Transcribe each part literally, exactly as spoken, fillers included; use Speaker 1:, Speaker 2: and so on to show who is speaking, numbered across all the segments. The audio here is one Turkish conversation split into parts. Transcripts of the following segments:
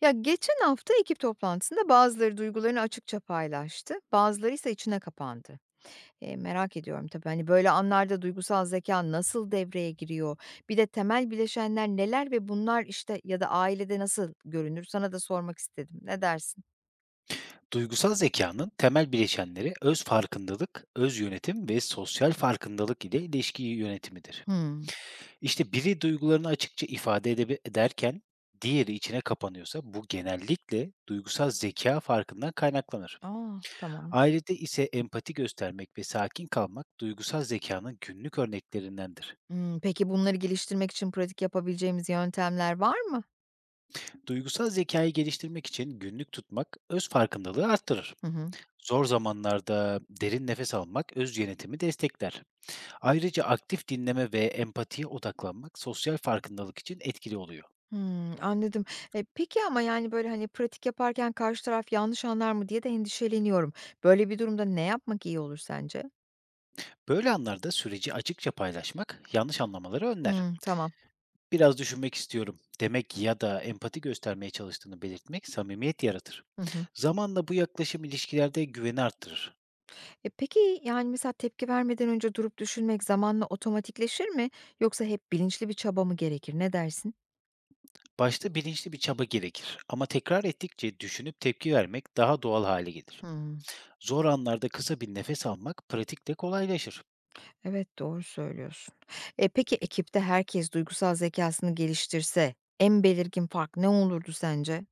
Speaker 1: Ya geçen hafta ekip toplantısında bazıları duygularını açıkça paylaştı, bazıları ise içine kapandı. E, merak ediyorum tabii hani böyle anlarda duygusal zeka nasıl devreye giriyor? Bir de temel bileşenler neler ve bunlar işte ya da ailede nasıl görünür? Sana da sormak istedim. Ne dersin?
Speaker 2: Duygusal zekanın temel bileşenleri öz farkındalık, öz yönetim ve sosyal farkındalık ile ilişki yönetimidir.
Speaker 1: Hmm.
Speaker 2: İşte biri duygularını açıkça ifade edebe- ederken diğeri içine kapanıyorsa bu genellikle duygusal zeka farkından kaynaklanır.
Speaker 1: Aa, tamam.
Speaker 2: Ailede ise empati göstermek ve sakin kalmak duygusal zekanın günlük örneklerindendir.
Speaker 1: Hmm, peki bunları geliştirmek için pratik yapabileceğimiz yöntemler var mı?
Speaker 2: Duygusal zekayı geliştirmek için günlük tutmak öz farkındalığı arttırır.
Speaker 1: Hı hı.
Speaker 2: Zor zamanlarda derin nefes almak öz yönetimi destekler. Ayrıca aktif dinleme ve empatiye odaklanmak sosyal farkındalık için etkili oluyor.
Speaker 1: Hımm, anladım. E, peki ama, yani, böyle, hani, pratik yaparken karşı taraf yanlış anlar mı diye de endişeleniyorum. Böyle bir durumda ne yapmak iyi olur sence?
Speaker 2: Böyle anlarda süreci açıkça paylaşmak yanlış anlamaları önler.
Speaker 1: Hımm, tamam.
Speaker 2: Biraz düşünmek istiyorum demek ya da empati göstermeye çalıştığını belirtmek samimiyet yaratır.
Speaker 1: Hı hı.
Speaker 2: Zamanla bu yaklaşım ilişkilerde güveni arttırır.
Speaker 1: E, peki, yani, mesela tepki vermeden önce durup düşünmek zamanla otomatikleşir mi yoksa hep bilinçli bir çaba mı gerekir? Ne dersin?
Speaker 2: Başta bilinçli bir çaba gerekir ama tekrar ettikçe düşünüp tepki vermek daha doğal hale gelir.
Speaker 1: Hımm.
Speaker 2: Zor anlarda kısa bir nefes almak pratikle kolaylaşır.
Speaker 1: Evet, doğru söylüyorsun. E, peki ekipte herkes duygusal zekasını geliştirse en belirgin fark ne olurdu sence?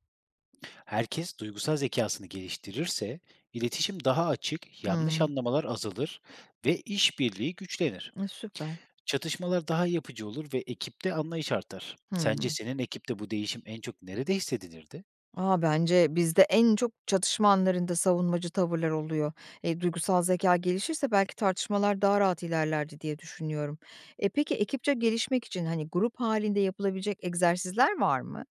Speaker 2: Herkes duygusal zekasını geliştirirse iletişim daha açık, yanlış
Speaker 1: Hımm.
Speaker 2: anlamalar azalır ve işbirliği güçlenir.
Speaker 1: E, süper.
Speaker 2: Çatışmalar daha yapıcı olur ve ekipte anlayış artar. Sence
Speaker 1: Hımm.
Speaker 2: senin ekipte bu değişim en çok nerede hissedilirdi?
Speaker 1: A, bence bizde en çok çatışma anlarında savunmacı tavırlar oluyor. E, duygusal zeka gelişirse belki tartışmalar daha rahat ilerlerdi diye düşünüyorum. E, peki ekipçe gelişmek için, hani, grup halinde yapılabilecek egzersizler var mı?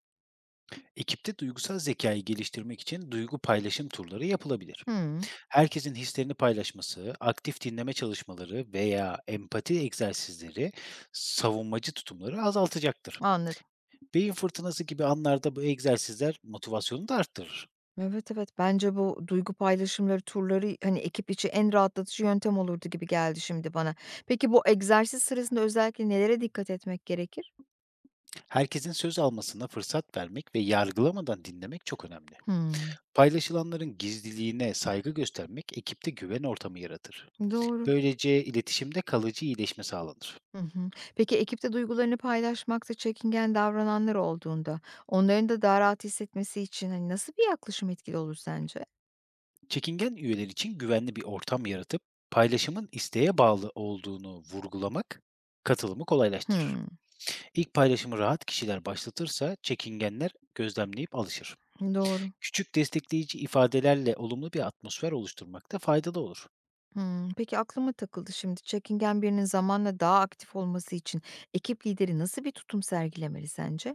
Speaker 2: Ekipte duygusal zekayı geliştirmek için duygu paylaşım turları yapılabilir.
Speaker 1: Hımm,
Speaker 2: Herkesin hislerini paylaşması, aktif dinleme çalışmaları veya empati egzersizleri savunmacı tutumları azaltacaktır.
Speaker 1: anladım.
Speaker 2: Beyin fırtınası gibi anlarda bu egzersizler motivasyonu da arttırır.
Speaker 1: Evet, evet. Bence bu duygu paylaşımları turları, hani, ekip içi en rahatlatıcı yöntem olurdu gibi geldi şimdi bana. Peki bu egzersiz sırasında özellikle nelere dikkat etmek gerekir?
Speaker 2: Herkesin söz almasına fırsat vermek ve yargılamadan dinlemek çok önemli.
Speaker 1: Hımm,
Speaker 2: Paylaşılanların gizliliğine saygı göstermek ekipte güven ortamı yaratır.
Speaker 1: doğru.
Speaker 2: Böylece iletişimde kalıcı iyileşme sağlanır.
Speaker 1: Hı hı. Peki ekipte duygularını paylaşmakta çekingen davrananlar olduğunda onların da daha rahat hissetmesi için hani nasıl bir yaklaşım etkili olur sence?
Speaker 2: Çekingen üyeler için güvenli bir ortam yaratıp paylaşımın isteğe bağlı olduğunu vurgulamak katılımı kolaylaştırır.
Speaker 1: Hımm.
Speaker 2: İlk paylaşımı rahat kişiler başlatırsa çekingenler gözlemleyip alışır.
Speaker 1: Doğru.
Speaker 2: Küçük destekleyici ifadelerle olumlu bir atmosfer oluşturmak da faydalı olur.
Speaker 1: Hımm. Peki aklıma takıldı şimdi. Çekingen birinin zamanla daha aktif olması için ekip lideri nasıl bir tutum sergilemeli sence?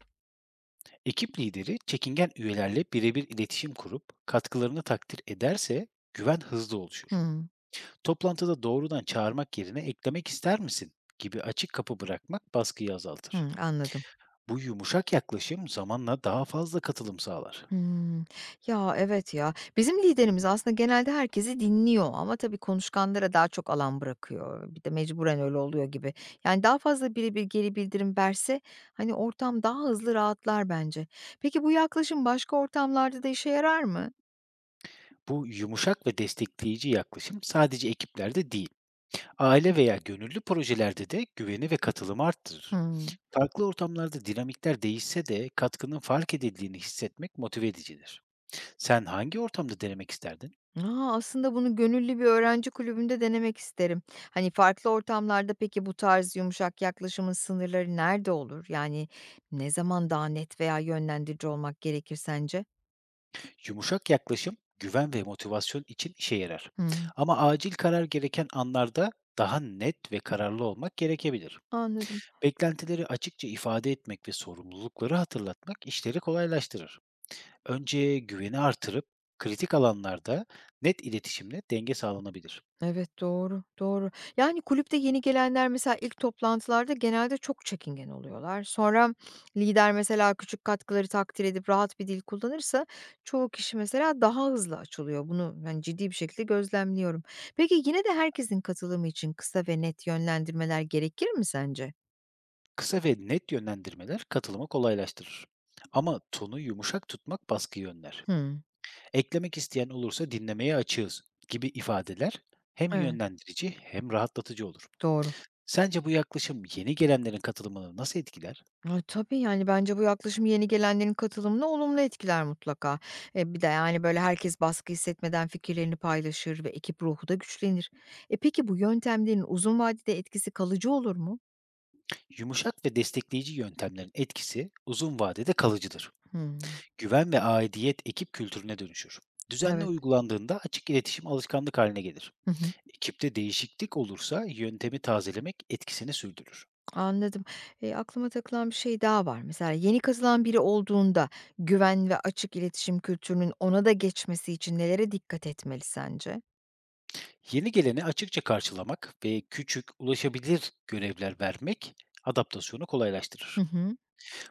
Speaker 2: Ekip lideri çekingen üyelerle birebir iletişim kurup katkılarını takdir ederse güven hızlı oluşur.
Speaker 1: Hımm.
Speaker 2: Toplantıda doğrudan çağırmak yerine eklemek ister misin gibi açık kapı bırakmak baskıyı azaltır.
Speaker 1: Hımm. Anladım.
Speaker 2: Bu yumuşak yaklaşım zamanla daha fazla katılım sağlar.
Speaker 1: Hımm. Ya, evet ya. Bizim liderimiz aslında genelde herkesi dinliyor ama tabii konuşkanlara daha çok alan bırakıyor. Bir de mecburen öyle oluyor gibi. Yani daha fazla biri bir geri bildirim verse, hani, ortam daha hızlı rahatlar bence. Peki bu yaklaşım başka ortamlarda da işe yarar mı?
Speaker 2: Bu yumuşak ve destekleyici yaklaşım sadece ekiplerde değil, aile veya gönüllü projelerde de güveni ve katılımı arttırır.
Speaker 1: Hımm.
Speaker 2: Farklı ortamlarda dinamikler değişse de katkının fark edildiğini hissetmek motive edicidir. Sen hangi ortamda denemek isterdin?
Speaker 1: A, aslında bunu gönüllü bir öğrenci kulübünde denemek isterim. Hani, farklı ortamlarda peki bu tarz yumuşak yaklaşımın sınırları nerede olur? Yani ne zaman daha net veya yönlendirici olmak gerekir sence?
Speaker 2: Yumuşak yaklaşım güven ve motivasyon için işe yarar. Ama acil karar gereken anlarda daha net ve kararlı olmak gerekebilir.
Speaker 1: Anladım.
Speaker 2: Beklentileri açıkça ifade etmek ve sorumlulukları hatırlatmak işleri kolaylaştırır. Önce güveni artırıp kritik alanlarda net iletişimle denge sağlanabilir.
Speaker 1: Evet, doğru, doğru. Yani kulüpte yeni gelenler mesela ilk toplantılarda genelde çok çekingen oluyorlar. Sonra lider mesela küçük katkıları takdir edip rahat bir dil kullanırsa çoğu kişi mesela daha hızlı açılıyor. Bunu ben ciddi bir şekilde gözlemliyorum. Peki yine de herkesin katılımı için kısa ve net yönlendirmeler gerekir mi sence?
Speaker 2: Kısa ve net yönlendirmeler katılımı kolaylaştırır. Ama tonu yumuşak tutmak baskıyı önler.
Speaker 1: Hı,
Speaker 2: Eklemek isteyen olursa dinlemeye açığız gibi ifadeler hem
Speaker 1: evet,
Speaker 2: yönlendirici hem rahatlatıcı olur.
Speaker 1: doğru.
Speaker 2: Sence bu yaklaşım yeni gelenlerin katılımını nasıl etkiler?
Speaker 1: A, tabii, yani, bence bu yaklaşım yeni gelenlerin katılımını olumlu etkiler mutlaka. E, bir de, yani, böyle, herkes baskı hissetmeden fikirlerini paylaşır ve ekip ruhu da güçlenir. E, peki bu yöntemlerin uzun vadede etkisi kalıcı olur mu?
Speaker 2: Yumuşak ve destekleyici yöntemlerin etkisi uzun vadede kalıcıdır.
Speaker 1: Hımm.
Speaker 2: Güven ve aidiyet ekip kültürüne dönüşür. Düzenli
Speaker 1: Evet.
Speaker 2: uygulandığında açık iletişim alışkanlık haline gelir.
Speaker 1: Hı hı.
Speaker 2: Ekipte değişiklik olursa yöntemi tazelemek etkisini sürdürür.
Speaker 1: Anladım. Eee, aklıma takılan bir şey daha var. Mesela yeni katılan biri olduğunda güven ve açık iletişim kültürünün ona da geçmesi için nelere dikkat etmeli sence?
Speaker 2: Yeni geleni açıkça karşılamak ve küçük, ulaşabilir görevler vermek adaptasyonu
Speaker 1: Hı
Speaker 2: kolaylaştırır.
Speaker 1: hı.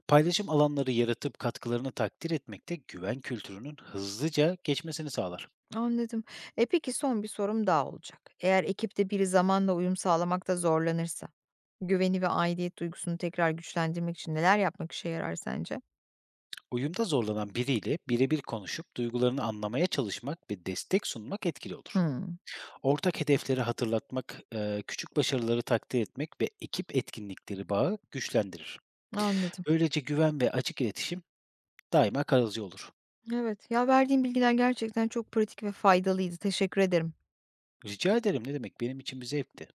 Speaker 2: Paylaşım alanları yaratıp katkılarını takdir etmek de güven kültürünün hızlıca geçmesini sağlar.
Speaker 1: Anladım. E, peki son bir sorum daha olacak. Eğer ekipte biri zamanla uyum sağlamakta zorlanırsa, güveni ve aidiyet duygusunu tekrar güçlendirmek için neler yapmak işe yarar sence?
Speaker 2: Uyumda zorlanan biriyle birebir konuşup duygularını anlamaya çalışmak ve destek sunmak etkili olur.
Speaker 1: Hmm.
Speaker 2: Ortak hedefleri hatırlatmak, eee, küçük başarıları takdir etmek ve ekip etkinlikleri bağı güçlendirir.
Speaker 1: Anladım.
Speaker 2: Böylece güven ve açık iletişim daima kalıcı olur.
Speaker 1: Evet. Ya verdiğin bilgiler gerçekten çok pratik ve faydalıydı. Teşekkür ederim.
Speaker 2: Rica ederim ne demek benim için bir zevkti.